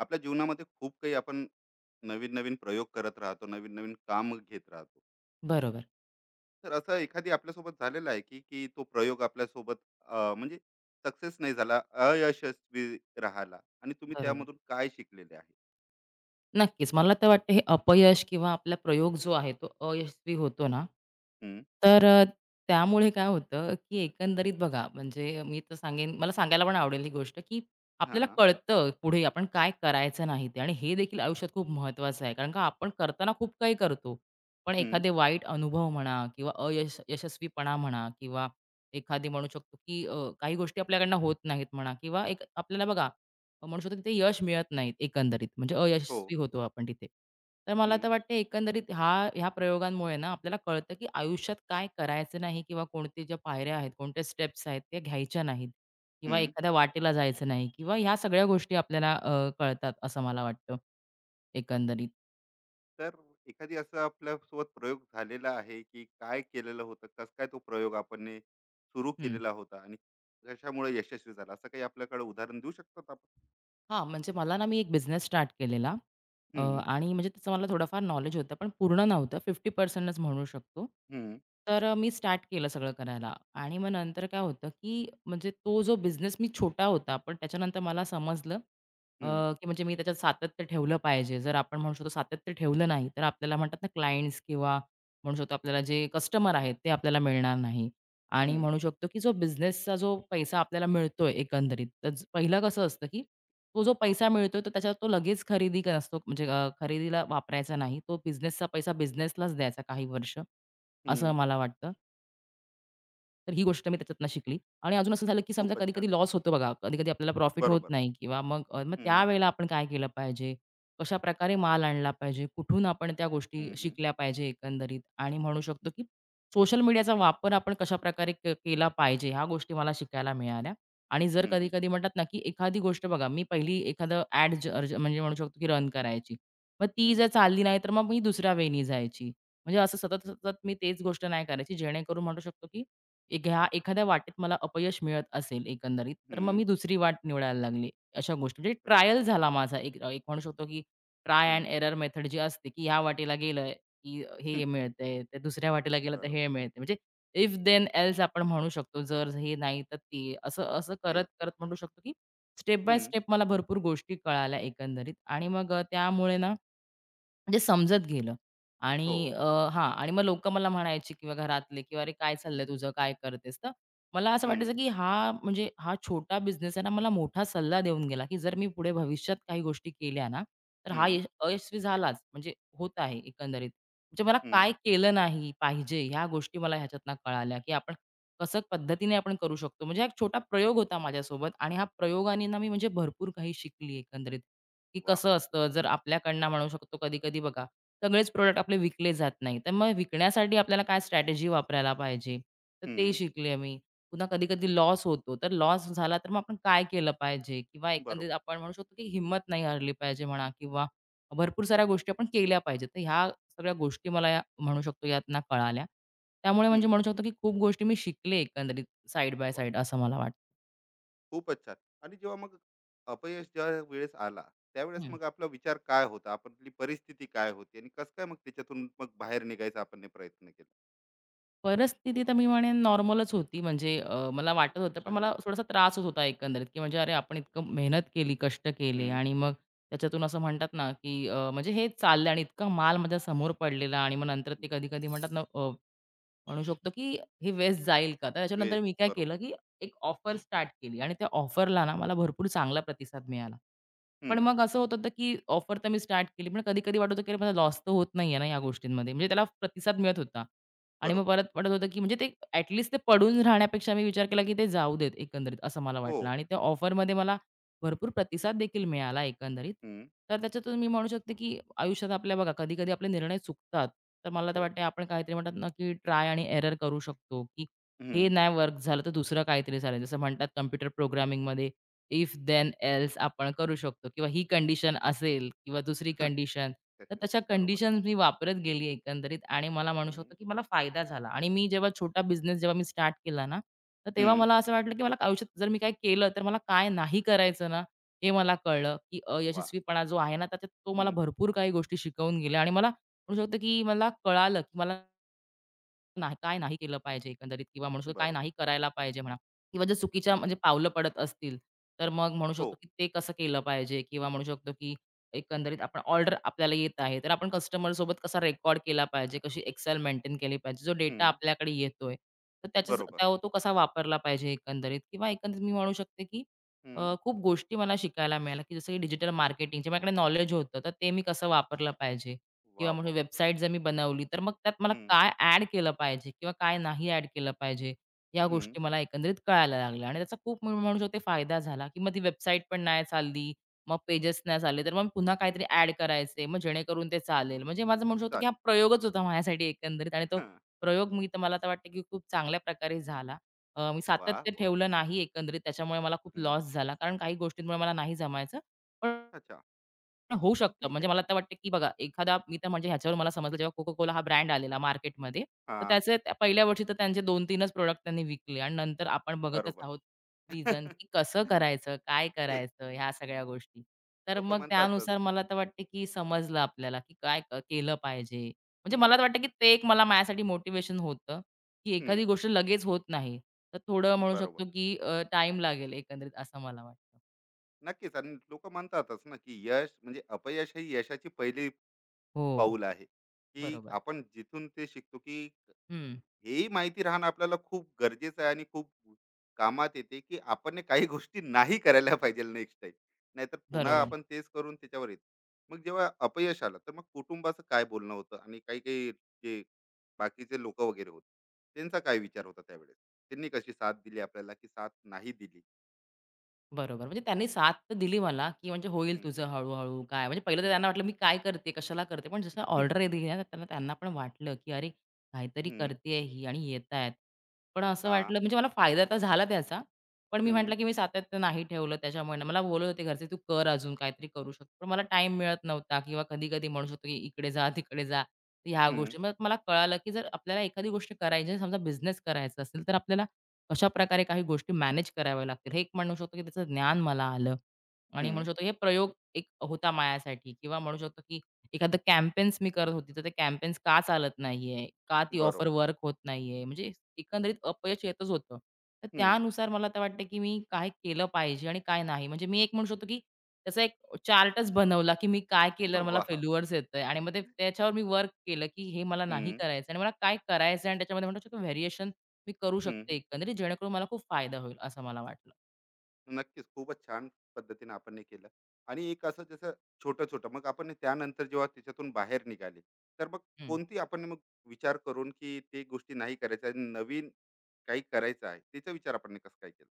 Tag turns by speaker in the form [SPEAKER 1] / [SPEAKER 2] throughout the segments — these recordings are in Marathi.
[SPEAKER 1] आपल्या जीवनामध्ये खूप काही आपण नवीन नवीन प्रयोग करत राहतो, नवीन नवीन काम घेत राहतो.
[SPEAKER 2] बरोबर,
[SPEAKER 1] तर असं एखादी आपल्यासोबत झालेलं आहे की की तो प्रयोग आपल्यासोबत म्हणजे सक्सेस नाही झाला, अयशस्वी राहिला, आणि तुम्ही
[SPEAKER 2] बरोबर.
[SPEAKER 1] त्यामधून काय शिकलेले आहे?
[SPEAKER 2] नक्कीच. मला तर वाटतं हे अपयश किंवा आपला प्रयोग जो आहे तो अयशस्वी होतो ना,
[SPEAKER 1] हम्म,
[SPEAKER 2] तर त्यामुळे काय होतं, की एकंदरीत बघा म्हणजे मी तर सांगेन मला सांगायला पण आवडेल ही गोष्ट, की आपल्याला
[SPEAKER 1] हा,
[SPEAKER 2] कळतं पुढे आपण काय करायचं नाही ते आणि हे देखील आयुष्यात खूप महत्त्वाचं आहे. कारण का आपण करताना खूप काही करतो. पण
[SPEAKER 1] हम्म,
[SPEAKER 2] एखादे वाईट अनुभव म्हणा किंवा अयश यशस्वीपणा म्हणा किंवा एखादी म्हणू शकतो, की काही गोष्टी आपल्याकडनं होत नाहीत म्हणा किंवा एक आपल्याला बघा म्हणू शकतो तिथे यश मिळत नाही एकंदरीत, म्हणजे
[SPEAKER 1] हो,
[SPEAKER 2] अयशस्वी होतो आपण तिथे. तर मला तर
[SPEAKER 1] हम्म,
[SPEAKER 2] वाटते एकंदरीत हा ह्या प्रयोगांमुळे ना आपल्याला कळतं, की आयुष्यात काय करायचं नाही किंवा कोणत्या ज्या पायऱ्या आहेत, कोणत्या स्टेप्स आहेत त्या घ्यायच्या नाहीत किंवा
[SPEAKER 1] हम्म.
[SPEAKER 2] एखाद्या वाटेला जायचं नाही किंवा ह्या सगळ्या गोष्टी आपल्याला कळतात असं मला वाटतं एकंदरीत.
[SPEAKER 1] तर एखादी असं आपल्यासोबत प्रयोग झालेला आहे की काय केलेलं होतं, कस काय तो प्रयोग आपण ने सुरू
[SPEAKER 2] हं.
[SPEAKER 1] केलेला होता आणि कशामुळे यशस्वी झाला, असं काही आपल्याकडे उदाहरण देऊ शकतात आपण?
[SPEAKER 2] हां, म्हणजे मला ना, मी एक बिझनेस स्टार्ट केलेला
[SPEAKER 1] हम्म,
[SPEAKER 2] आणि म्हणजे त्याचं मला थोडंफार नॉलेज होतं, पण पूर्ण नव्हतं. 50% च म्हणू शकतो.
[SPEAKER 1] हम्म,
[SPEAKER 2] तर मी स्टार्ट केलं सगळं करायला आणि मग नंतर काय होतं, की म्हणजे तो जो बिझनेस मी छोटा होता, पण त्याच्यानंतर मला समजलं अ, की म्हणजे मी त्याच्यात सातत्य ठेवलं पाहिजे. जर आपण म्हणू शकतो सातत्य ठेवलं नाही, तर आपल्याला म्हणतात ना, क्लायंट्स किंवा म्हणू शकतो आपल्याला जे कस्टमर आहेत, ते आपल्याला मिळणार नाही आणि
[SPEAKER 1] हं,
[SPEAKER 2] म्हणू शकतो, की जो बिझनेसचा जो पैसा आपल्याला मिळतोय एकंदरीत, तर पहिलं कसं असतं, की तो जो पैसा मिळतो तो त्याच्यावर तो लगेच खरेदी कर असतो म्हणजे खरेदीला वापरायचा नाही. तो बिझनेसचा पैसा बिझनेसलाच द्यायचा काही वर्ष, असं
[SPEAKER 1] हं.
[SPEAKER 2] मला वाटतं. तर ही गोष्ट मी त्याच्यातनं शिकली. आणि अजून असं झालं, की समजा
[SPEAKER 1] खूपच छान.
[SPEAKER 2] कधी-कधी लॉस होतो बघा. कधी-कधी आपल्याला प्रॉफिट होत
[SPEAKER 1] बरोबर.
[SPEAKER 2] नाही किंवा मग
[SPEAKER 1] हं,
[SPEAKER 2] त्यावेळेला आपण काय केलं पाहिजे? कशाप्रकारे माल आणला पाहिजे? कुठून आपण त्या गोष्टी
[SPEAKER 1] हं, हं.
[SPEAKER 2] शिकल्या पाहिजे एकंदरीत? आणि म्हणू शकतो, की सोशल मीडियाचा वापर आपण कशाप्रकारे केला पाहिजे? ह्या गोष्टी मला शिकायला मिळाल्या. आणि जर
[SPEAKER 1] हं, हं.
[SPEAKER 2] कधी-कधी म्हणतात ना, की एखादी गोष्ट बघा, मी पहिली एखादं ॲड म्हणजे म्हणू शकतो, की रन करायची. मग ती
[SPEAKER 1] हं,
[SPEAKER 2] जर चालली नाही, तर मग मी दुसऱ्या वेनी जायची. म्हणजे असं सतत-सतत मी तेच गोष्ट नाही करायची. जेणेकरून म्हणू शकतो, की एक ह्या एखाद्या वाटेत मला अपयश मिळत असेल एकंदरीत, तर मग मी दुसरी वाट निवडायला लागले. अशा गोष्टी म्हणजे
[SPEAKER 1] अरे वाह!
[SPEAKER 2] ट्रायल झाला माझा एक एक म्हणू शकतो, की ट्राय एंड
[SPEAKER 1] हं,
[SPEAKER 2] एरर मेथड जी असते, की ह्या वाटेला गेलं, की
[SPEAKER 1] हं.
[SPEAKER 2] हे मिळतंय, तर दुसऱ्या वाटेला गेलं तर
[SPEAKER 1] बरोबर.
[SPEAKER 2] हे मिळतंय. म्हणजे इफ देन एल्स आपण म्हणू शकतो. जर हे नाही तर ते. असं असं
[SPEAKER 1] ते,
[SPEAKER 2] करत-करत म्हणू शकतो, की स्टेप बाय
[SPEAKER 1] हं.
[SPEAKER 2] स्टेप मला भरपूर गोष्टी कळाल्या एकंदरीत आणि मग त्यामुळे ना म्हणजे समजत गेलं
[SPEAKER 1] हो.
[SPEAKER 2] आणि हां आणि मग लोकं मला म्हणायची किंवा घरातले किंवा "अरे, काय चाललंय तुझं? काय करतेस?" तर मला असं
[SPEAKER 1] हं,
[SPEAKER 2] वाटायचं की हा म्हणजे हा छोटा बिझनेस आहे ना, मला मोठा सल्ला देऊन गेला की जर मी पुढे भविष्यात काही गोष्टी केल्या ना, तर हा
[SPEAKER 1] हं,
[SPEAKER 2] यश अयशस्वी झालाच म्हणजे होत आहे एकंदरीत. म्हणजे मला
[SPEAKER 1] हं.
[SPEAKER 2] काय केलं नाही पाहिजे ह्या गोष्टी मला ह्याच्यातनं कळाल्या की आपण कसं पद्धतीने आपण करू शकतो. म्हणजे हा एक छोटा प्रयोग होता माझ्यासोबत आणि ह्या प्रयोगाने ना मी म्हणजे भरपूर काही शिकली एकंदरीत. की
[SPEAKER 1] वाह!
[SPEAKER 2] कसं असतं
[SPEAKER 1] खूपच
[SPEAKER 2] जर
[SPEAKER 1] छान.
[SPEAKER 2] आपल्याकडनं म्हणू शकतो कधी-कधी बघा, सगळेच प्रोडक्ट आपले विकले जात नाही. तर मग विकण्यासाठी आपल्याला काय स्ट्रॅटेजी वापरायला पाहिजे? तर ते
[SPEAKER 1] हं.
[SPEAKER 2] शिकले मी. पुन्हा कधी-कधी लॉस होतो. तर लॉस झाला तर मग आपण काय केलं पाहिजे? किंवा एकंदरीत
[SPEAKER 1] बरोबर.
[SPEAKER 2] आपण म्हणू शकतो की हिंमत नाही हारली पाहिजे म्हणा किंवा भरपूर साऱ्या गोष्टी आपण केल्या पाहिजेत. तर ह्या सगळ्या गोष्टी मला या म्हणू शकतो यातनं कळाल्या. त्यामुळे म्हणजे
[SPEAKER 1] हं.
[SPEAKER 2] म्हणू शकतो की खूप गोष्टी मी शिकले एकंदरीत साइड बाय
[SPEAKER 1] वाह!
[SPEAKER 2] साइड असं मला वाटतं.
[SPEAKER 1] खूपच छान. आणि जेव्हा मग अपयश ज्या वेळेस आला, त्यावेळेस मग आपला विचार काय होता? आपली परिस्थिती काय होती आणि कसं काय मग त्याच्यातून मग बाहेर निघायचा आपण ने प्रयत्न केला?
[SPEAKER 2] परिस्थिती तर मी म्हणेन नॉर्मलच होती. म्हणजे मला वाटत होतं, पण
[SPEAKER 1] आणि,
[SPEAKER 2] मला थोडासा त्रास होत होता एकंदरीत, की म्हणजे अरे, आपण इतकं मेहनत केली, कष्ट केले
[SPEAKER 1] हं.
[SPEAKER 2] आणि मग त्याच्यातून असं म्हणतात ना, की म्हणजे हे चाललं आणि इतका माल माझ्या समोर पडलेला आणि मग नंतर ते कधी-कधी म्हणतात ना म्हणू शकतो, की हे वेस्ट जाईल का? तर त्याच्यानंतर
[SPEAKER 1] वेस्ट,
[SPEAKER 2] मी काय
[SPEAKER 1] बरोबर.
[SPEAKER 2] केलं, की एक ऑफर स्टार्ट केली आणि त्या ऑफरला ना मला भरपूर चांगला प्रतिसाद मिळाला. पण
[SPEAKER 1] हं.
[SPEAKER 2] मग असं होत होतं, की ऑफर तर मी स्टार्ट केली, पण कधी-कधी वाटत होतं, की अरे माझा लॉस तर होत नाहीये ना या गोष्टींमध्ये. म्हणजे त्याला प्रतिसाद मिळत होता आणि मग
[SPEAKER 1] बरोबर.
[SPEAKER 2] परत वाटत होतं, की म्हणजे ते ॲटलीस्ट ते पडून राहण्यापेक्षा मी विचार केला, की ते जाऊ देत एकंदरीत असं मला
[SPEAKER 1] हो.
[SPEAKER 2] वाटलं आणि त्या ऑफरमध्ये मला भरपूर प्रतिसाद देखील मिळाला एकंदरीत.
[SPEAKER 1] हं.
[SPEAKER 2] तर त्याच्यातून मी म्हणू शकते, की आयुष्यात आपल्या बघा कधी-कधी आपले निर्णय चुकतात. तर मला तर
[SPEAKER 1] हो.
[SPEAKER 2] वाटते आपण काहीतरी म्हणतात ना, की ट्राय आणि एरर करू शकतो, की हे
[SPEAKER 1] हं.
[SPEAKER 2] नाही वर्क झालं तर दुसरं काहीतरी चालेल. जसं म्हणतात कॉम्प्युटर प्रोग्रामिंगमध्ये इफ देन एल्स आपण करू शकतो किंवा ही कंडिशन असेल किंवा दुसरी कंडिशन, तर तशा
[SPEAKER 1] बरोबर.
[SPEAKER 2] कंडिशन मी वापरत गेली एकंदरीत आणि मला म्हणू
[SPEAKER 1] हं.
[SPEAKER 2] शकतो, की मला फायदा झाला आणि मी जेव्हा छोटा बिझनेस जेव्हा मी स्टार्ट केला ना, तर तेव्हा
[SPEAKER 1] हं.
[SPEAKER 2] मला असं वाटलं, की मला आयुष्यात जर मी काही केलं, तर मला काय नाही करायचं ना, हे मला कळलं, की
[SPEAKER 1] वा,
[SPEAKER 2] अयशस्वीपणा जो आहे ना, त्याच्यात तो मला
[SPEAKER 1] हं.
[SPEAKER 2] भरपूर काही गोष्टी शिकवून गेल्या आणि मला म्हणू शकतो, की मला कळालं, की मला नाही काय नाही केलं पाहिजे एकंदरीत किंवा म्हणू शकतो काय
[SPEAKER 1] बरोबर.
[SPEAKER 2] नाही करायला पाहिजे म्हणा किंवा जर चुकीच्या म्हणजे
[SPEAKER 1] हं.
[SPEAKER 2] पावलं पडत असतील, तर मग म्हणू
[SPEAKER 1] हो.
[SPEAKER 2] शकतो की ते कसं केलं पाहिजे किंवा म्हणू शकतो की एकंदरीत आपण ऑर्डर आपल्याला येत आहे, तर आपण कस्टमर सोबत कसा रेकॉर्ड केला पाहिजे, कशी एक्सेल मेंटेन केली पाहिजे, जो डेटा
[SPEAKER 1] हं.
[SPEAKER 2] आपल्याकडे येतोय, तर त्याच्या
[SPEAKER 1] बरोबर.
[SPEAKER 2] त्या तो कसा वापरला पाहिजे एकंदरीत किंवा एकंदरीत मी म्हणू शकते की
[SPEAKER 1] हं.
[SPEAKER 2] खूप गोष्टी मला शिकायला मिळाल्या, की जसं की डिजिटल मार्केटिंगचे माझ्याकडे नॉलेज होतं, तर ते मी कसं वापरलं पाहिजे
[SPEAKER 1] वा
[SPEAKER 2] किंवा
[SPEAKER 1] वाह,
[SPEAKER 2] मोठी
[SPEAKER 1] वाह!
[SPEAKER 2] वेबसाईट जर मी बनवली, तर मग त्यात मला
[SPEAKER 1] हं.
[SPEAKER 2] काय ॲड केलं पाहिजे किंवा काय नाही ॲड केलं पाहिजे, या
[SPEAKER 1] हं.
[SPEAKER 2] गोष्टी मला एकंदरीत कळायला लागल्या आणि त्याचा खूप मी म्हणू शकते फायदा झाला, की मग ती वेबसाईट पण नाही चालली, मग पेजेस नाही चालले, तर मग पुन्हा काहीतरी ॲड करायचे, मग जेणेकरून ते चालेल. म्हणजे माझं म्हणू शकतो, की हा
[SPEAKER 1] चालेल.
[SPEAKER 2] प्रयोगच होता माझ्यासाठी एकंदरीत आणि तो
[SPEAKER 1] हां.
[SPEAKER 2] प्रयोग मी तर मला तर वाटतं, की खूप चांगल्या प्रकारे झाला. मी
[SPEAKER 1] वाह,
[SPEAKER 2] सातत्य
[SPEAKER 1] वाह, वाह!
[SPEAKER 2] ठेवलं नाही एकंदरीत, त्याच्यामुळे मला खूप
[SPEAKER 1] हं.
[SPEAKER 2] लॉस झाला, कारण काही गोष्टींमुळे मला नाही जमायचं. पण
[SPEAKER 1] अच्छा.
[SPEAKER 2] होऊ
[SPEAKER 1] पण
[SPEAKER 2] शकतं.
[SPEAKER 1] ठीक
[SPEAKER 2] म्हणजे
[SPEAKER 1] आहे.
[SPEAKER 2] मला तर वाटतं, की बघा एखादा मी तर म्हणजे ह्याच्यावर मला समजलं जेव्हा coca कोला हा ब्रँड आलेला मार्केटमध्ये, तर
[SPEAKER 1] हां.
[SPEAKER 2] त्याचे त्या पहिल्या वर्षी तर त्यांचे 2-3 च प्रॉडक्ट त्यांनी विकले आणि नंतर आपण बघतच
[SPEAKER 1] बरोबर.
[SPEAKER 2] आहोत रिझन, की कसं करायचं, काय
[SPEAKER 1] तेच,
[SPEAKER 2] करायचं ह्या सगळ्या गोष्टी. तर
[SPEAKER 1] लोकं
[SPEAKER 2] मग
[SPEAKER 1] म्हणतातच.
[SPEAKER 2] त्यानुसार मला तर वाटते, की समजलं आपल्याला, की काय केलं पाहिजे. म्हणजे मला तर
[SPEAKER 1] हं.
[SPEAKER 2] वाटतं, की ते एक मला माझ्यासाठी मोटिव्हेशन होतं, की
[SPEAKER 1] हं.
[SPEAKER 2] एखादी गोष्ट लगेच होत नाही. तर थोडं म्हणू
[SPEAKER 1] बरोबर.
[SPEAKER 2] शकतो, की लागेल एकंदरीत असं मला वाटतं.
[SPEAKER 1] नक्कीच. आणि लोकं म्हणतातच ना, की यश म्हणजे अपयश ही यशाची पहिली
[SPEAKER 2] हो,
[SPEAKER 1] पाऊल आहे, की
[SPEAKER 2] बरोबर.
[SPEAKER 1] आपण जिथून ते शिकतो, की
[SPEAKER 2] हं,
[SPEAKER 1] हेही माहिती राहणं आपल्याला खूप गरजेचं आहे आणि खूप कामात येते, की आपण हे काही गोष्टी नाही करायला पाहिजे नेक्स्ट टाइम. नाहीतर पुन्हा
[SPEAKER 2] बरोबर.
[SPEAKER 1] आपण तेच करून त्याच्यावर येतो. मग जेव्हा अपयश आलं तर मग कुटुंबाचं काय बोलणं होतं आणि काही काही जे बाकीचे लोक वगैरे होते, त्यांचा काय विचार होता त्यावेळेस, त्यांनी कशी साथ दिली आपल्याला की साथ नाही दिली?
[SPEAKER 2] बरोबर. म्हणजे त्यांनी साथ तर दिली मला, की म्हणजे होईल
[SPEAKER 1] हम्म,
[SPEAKER 2] तुझं हळू-हळू काय म्हणजे पहिलं तर त्यांना
[SPEAKER 1] हम्म,
[SPEAKER 2] वाटलं मी काय करते? कशाला करते? पण जसं ऑर्डर दिली ना त्यांना त्यांना पण वाटलं, की "अरे, काहीतरी
[SPEAKER 1] हम्म,
[SPEAKER 2] करते ही आणि येतायत." पण असं
[SPEAKER 1] हा,
[SPEAKER 2] वाटलं म्हणजे मला फायदा तर झाला त्याचा. पण मी
[SPEAKER 1] हम्म,
[SPEAKER 2] म्हटलं, की मी सातत्य नाही ठेवलं त्याच्यामुळे. ना. मला बोलत होते घरचे, "तू कर अजून काहीतरी करू शकतो." पण मला टाइम मिळत नव्हता किंवा कधी-कधी म्हणू शकतो, की इकडे जा, तिकडे जा. तर ह्या
[SPEAKER 1] हम्म,
[SPEAKER 2] गोष्टी मग मला कळालं, की जर आपल्याला एखादी गोष्ट करायची समजा बिझनेस करायचा असेल तर आपल्याला कशाप्रकारे काही गोष्टी मॅनेज कराव्या लागतील, हे एक म्हणू शकतो, की त्याचं ज्ञान मला आलं आणि म्हणू
[SPEAKER 1] हम्म,
[SPEAKER 2] शकतो हे प्रयोग एक होता माझ्यासाठी किंवा म्हणू शकतो, की एखादं कॅम्पेन्स मी करत होती, तर ते कॅम्पेन्स का चालत नाहीये? का ती ऑफर
[SPEAKER 1] बरोबर.
[SPEAKER 2] वर्क होत नाहीये? म्हणजे एकंदरीत अपयश येतच होतं. तर
[SPEAKER 1] हम्म,
[SPEAKER 2] त्यानुसार मला तर वाटतं, की मी काय केलं पाहिजे आणि काय नाही. म्हणजे मी एक म्हणू शकतो, की त्याचा एक चार्टच बनवला, की मी काय केल्यावर मला
[SPEAKER 1] वा,
[SPEAKER 2] फेल्युअर्स येतंय आणि मग ते त्याच्यावर मी वर्क केलं, की हे मला नाही
[SPEAKER 1] हम्म,
[SPEAKER 2] करायचं आणि मला काय करायचं आणि त्याच्यामध्ये म्हणू शकतो व्हेरिएशन मी करू शकते
[SPEAKER 1] हम्म,
[SPEAKER 2] एकंदरीत, जेणेकरून मला खूप फायदा होईल असं मला वाटलं.
[SPEAKER 1] नक्कीच. खूपच छान पद्धतीने आपण हे केलं. आणि एक असं जसं छोटं-छोटं मग आपण हे त्यानंतर जेव्हा त्याच्यातून बाहेर निघाले, तर मग
[SPEAKER 2] हं.
[SPEAKER 1] कोणती आपण मग विचार करून की ते गोष्टी नाही करायच्या आणि नवीन काही करायचं आहे, त्याचा विचार आपण कसं काय केला?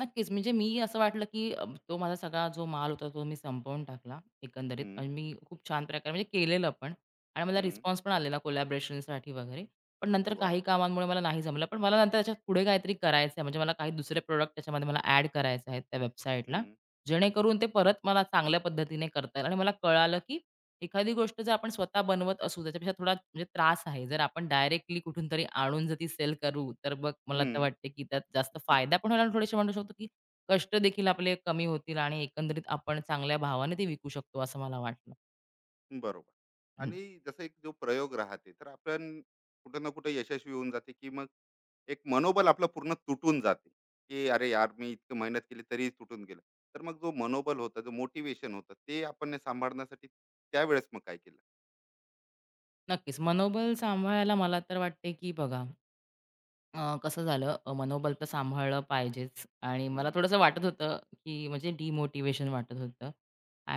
[SPEAKER 2] नक्कीच म्हणजे मी असं वाटलं, की तो माझा सगळा जो माल होता तो मी संपवून टाकला एकंदरीत
[SPEAKER 1] हं,
[SPEAKER 2] आणि मी खूप छान प्रकारे म्हणजे केलेलं पण आणि मला
[SPEAKER 1] हं.
[SPEAKER 2] रिस्पॉन्स पण आलेला कोलॅबोरेशनसाठी वगैरे. पण नंतर
[SPEAKER 1] वाह!
[SPEAKER 2] काही कामांमुळे मला नाही जमलं. पण मला नंतर त्याच्यात पुढे काहीतरी करायचं आहे. म्हणजे मला काही दुसरे प्रॉडक्ट त्याच्यामध्ये मला ॲड करायचे आहेत त्या वेबसाईटला.
[SPEAKER 1] हं,
[SPEAKER 2] जेणेकरून ते परत मला चांगल्या पद्धतीने करता येईल आणि मला कळालं, की एखादी गोष्ट जर आपण स्वतः बनवत असू त्याच्यापेक्षा थोडा म्हणजे त्रास आहे. जर आपण डायरेक्टली कुठून तरी आणून जर ती सेल करू, तर मग मला तर
[SPEAKER 1] हं.
[SPEAKER 2] वाटते, की त्यात जास्त फायदा पण होईल थोडेसे म्हणू शकतो, की कष्ट देखील आपले कमी होतील आणि एकंदरीत आपण चांगल्या भावाने ते विकू शकतो असं मला वाटलं.
[SPEAKER 1] बरोबर.
[SPEAKER 2] हं.
[SPEAKER 1] आणि जसं एक जो प्रयोग राहते, तर आपण कुठे ना कुठे यशस्वी होऊन जाते, की मग एक मनोबल आपलं पूर्ण तुटून जाते, की "अरे यार, मी इतकी मेहनत केली तरीही तुटून गेलं." तर मग जो मनोबल होता, जो मोटिवेशन होतं, ते आपण ने सांभाळण्यासाठी त्यावेळेस मग काय केलं?
[SPEAKER 2] नक्कीच. मनोबल सांभाळायला मला तर वाटते, की बघा कसं झालं मनोबल तर सांभाळलं पाहिजेच आणि मला
[SPEAKER 1] हं,
[SPEAKER 2] थोडंसं वाटत होतं, की म्हणजे डिमोटिवेशन वाटत होतं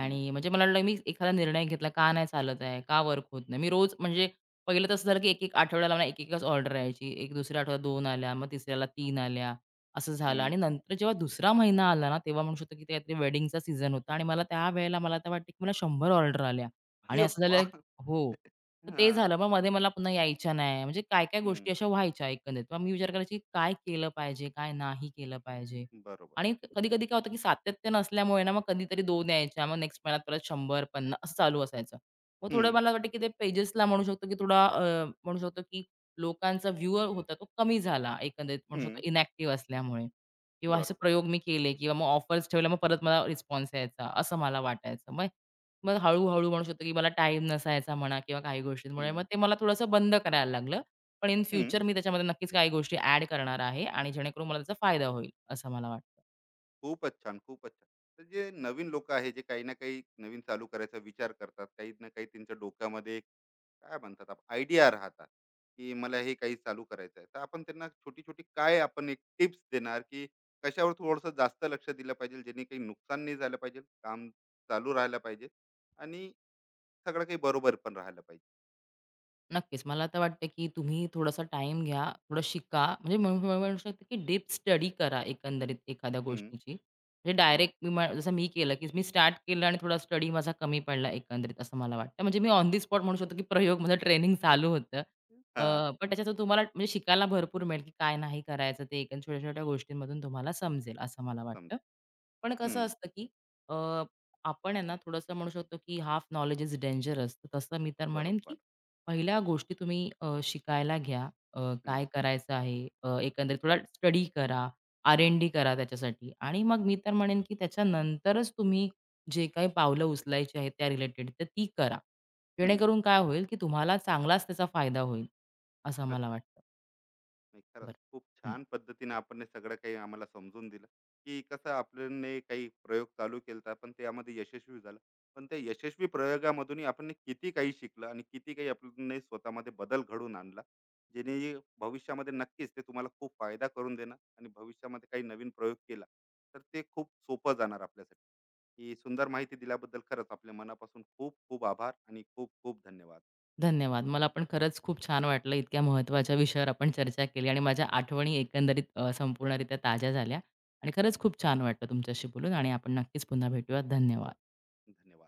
[SPEAKER 1] हं,
[SPEAKER 2] म्हणजे मला वाटलं मी एखादा निर्णय घेतला का नाही चालत आहे? का वर्क होत नाही? मी रोज म्हणजे पहिलं तसं झालं, की एक-एक आठवड्याला मला एक-एकच ऑर्डर यायची. एक दुसऱ्या आठवड्यात 2 आल्या, मग तिसऱ्याला 3 आल्या, असं झालं
[SPEAKER 1] हं.
[SPEAKER 2] आणि नंतर जेव्हा दुसरा महिना आला ना, तेव्हा म्हणू शकतो, की ते काहीतरी वेडिंगचा सीझन होता आणि मला त्यावेळेला मला तर वाटतं, की मला 100 ऑर्डर आल्या आणि
[SPEAKER 1] अरे
[SPEAKER 2] असं झालं
[SPEAKER 1] वाह!
[SPEAKER 2] हो. तर ते
[SPEAKER 1] हां.
[SPEAKER 2] झालं. मग मध्ये मला पुन्हा यायच्या नाही. म्हणजे काय-काय
[SPEAKER 1] हं.
[SPEAKER 2] गोष्टी अशा व्हायच्या एकंदरीत. मग मी विचार करायची काय केलं पाहिजे, काय नाही केलं पाहिजे.
[SPEAKER 1] बरोबर.
[SPEAKER 2] आणि कधी-कधी काय होतं, की सातत्य नसल्यामुळे ना, मग कधीतरी 2 यायच्या, मग नेक्स्ट महिन्यात परत 100-50 असं चालू असायचं. मग थोडं
[SPEAKER 1] हं,
[SPEAKER 2] मला वाटतं, की ते पेजेसला म्हणू शकतो, की म्हणू शकतो, की लोकांचा व्ह्यूअर होता तो कमी झाला एकंदरीत म्हणू शकतो
[SPEAKER 1] हं.
[SPEAKER 2] इनॅक्टिव्ह असल्यामुळे. किंवा असे
[SPEAKER 1] बरोबर.
[SPEAKER 2] प्रयोग मी केले किंवा मग ऑफर्स ठेवल्या, मग परत मला रिस्पॉन्स यायचा असं मला वाटायचं. मग मग हळू-हळू म्हणू शकतो, की मला टाईम नसायचा म्हणा किंवा काही गोष्टींमुळे मग
[SPEAKER 1] हं,
[SPEAKER 2] ते मला थोडंसं बंद करायला लागलं. पण इन
[SPEAKER 1] हं.
[SPEAKER 2] फ्युचर मी त्याच्यामध्ये नक्कीच काही गोष्टी ॲड करणार आहे आणि जेणेकरून मला त्याचा फायदा होईल, असं मला वाटतं.
[SPEAKER 1] खूपच छान, खूपच छान. तर जे नवीन लोकं आहे, जे काही ना काही नवीन चालू करायचा विचार करतात, काही ना काही त्यांच्या डोक्यामध्ये काय म्हणतात आयडिया राहतात, की मला हे काही चालू करायचं आहे, तर आपण त्यांना छोटी छोटी काय आपण एक टिप्स देणार, की कशावर थोडस जास्त लक्ष दिलं पाहिजे, जेणे काही नुकसान नाही झालं पाहिजे, काम चालू राहिलं पाहिजे आणि सगळं काही बरोबर पण राहिलं पाहिजे.
[SPEAKER 2] नक्कीच. मला तर वाटतं, की तुम्ही थोडासा टाईम घ्या, थोडं शिका. म्हणजे मी म्हणू म्हणू शकते, की डीप स्टडी करा एकंदरीत एखाद्या
[SPEAKER 1] हम्म,
[SPEAKER 2] गोष्टीची. म्हणजे
[SPEAKER 1] हम्म,
[SPEAKER 2] डायरेक्ट मी म्ह जसं मी केलं, की मी स्टार्ट केलं आणि थोडा स्टडी माझा कमी पडला एकंदरीत असं मला वाटतं. म्हणजे मी ऑन द स्पॉट म्हणू शकतो, की प्रयोग माझं ट्रेनिंग चालू होतं. अ,
[SPEAKER 1] हा,
[SPEAKER 2] पण त्याच्यातून तुम्हाला म्हणजे शिकायला भरपूर मिळेल, की काय नाही करायचं ते छोट्या-छोट्या गोष्टींमधून तुम्हाला समजेल असं मला
[SPEAKER 1] समज,
[SPEAKER 2] वाटतं. पण कसं
[SPEAKER 1] हम्म,
[SPEAKER 2] असतं, की अ, आपण आहे थोडंसं म्हणू शकतो, की हाल्फ नॉलेज इज डेंजरस. तसं मी तर म्हणेन,
[SPEAKER 1] बरोबर,
[SPEAKER 2] की पहिल्या गोष्टी तुम्ही शिकायला घ्या. अ, काय
[SPEAKER 1] हम्म,
[SPEAKER 2] हं. करायचं आहे? एकंदरीत थोडा स्टडी करा,
[SPEAKER 1] हम्म,
[SPEAKER 2] R&D करा त्याच्यासाठी आणि मग मी तर म्हणेन, की त्याच्यानंतरच तुम्ही जे काही पावलं उचलायची आहेत त्या रिलेटेड, तर ती करा.
[SPEAKER 1] हम्म,
[SPEAKER 2] जेणेकरून काय होईल, की तुम्हाला चांगलाच त्याचा फायदा होईल, असं मला
[SPEAKER 1] अच्छा.
[SPEAKER 2] वाटतं.
[SPEAKER 1] नाही, खरंच
[SPEAKER 2] बरं.
[SPEAKER 1] खूप
[SPEAKER 2] हं.
[SPEAKER 1] छान पद्धतीने आपण हे सगळं काही आम्हाला समजून दिलं, की कसं आपण हे काही प्रयोग चालू केला पण त्यामध्ये यशस्वी झालं, पण त्या यशस्वी प्रयोगामधूनही आपण किती काही शिकलं आणि किती काही आपण स्वतःमध्ये बदल घडून आणला, जेणे भविष्यामध्ये नक्कीच ते तुम्हाला खूप फायदा करून देणार आणि भविष्यामध्ये काही नवीन प्रयोग केला तर ते खूप सोपं जाणार आपल्यासाठी. ही सुंदर माहिती दिल्याबद्दल खरंच आपल्या मनापासून खूप खूप आभार आणि खूप खूप धन्यवाद.
[SPEAKER 2] धन्यवाद. मला पण खरंच खूप छान वाटलं. इतक्या महत्त्वाच्या विषयावर आपण चर्चा केली आणि माझ्या
[SPEAKER 1] हम्म,
[SPEAKER 2] आठवणी एकंदरीत संपूर्णरित्या ताज्या झाल्या आणि
[SPEAKER 1] हम्म,
[SPEAKER 2] खरंच खूप छान वाटलं तुमच्याशी बोलून आणि आपण नक्कीच पुन्हा भेटूयात. धन्यवाद.
[SPEAKER 1] धन्यवाद.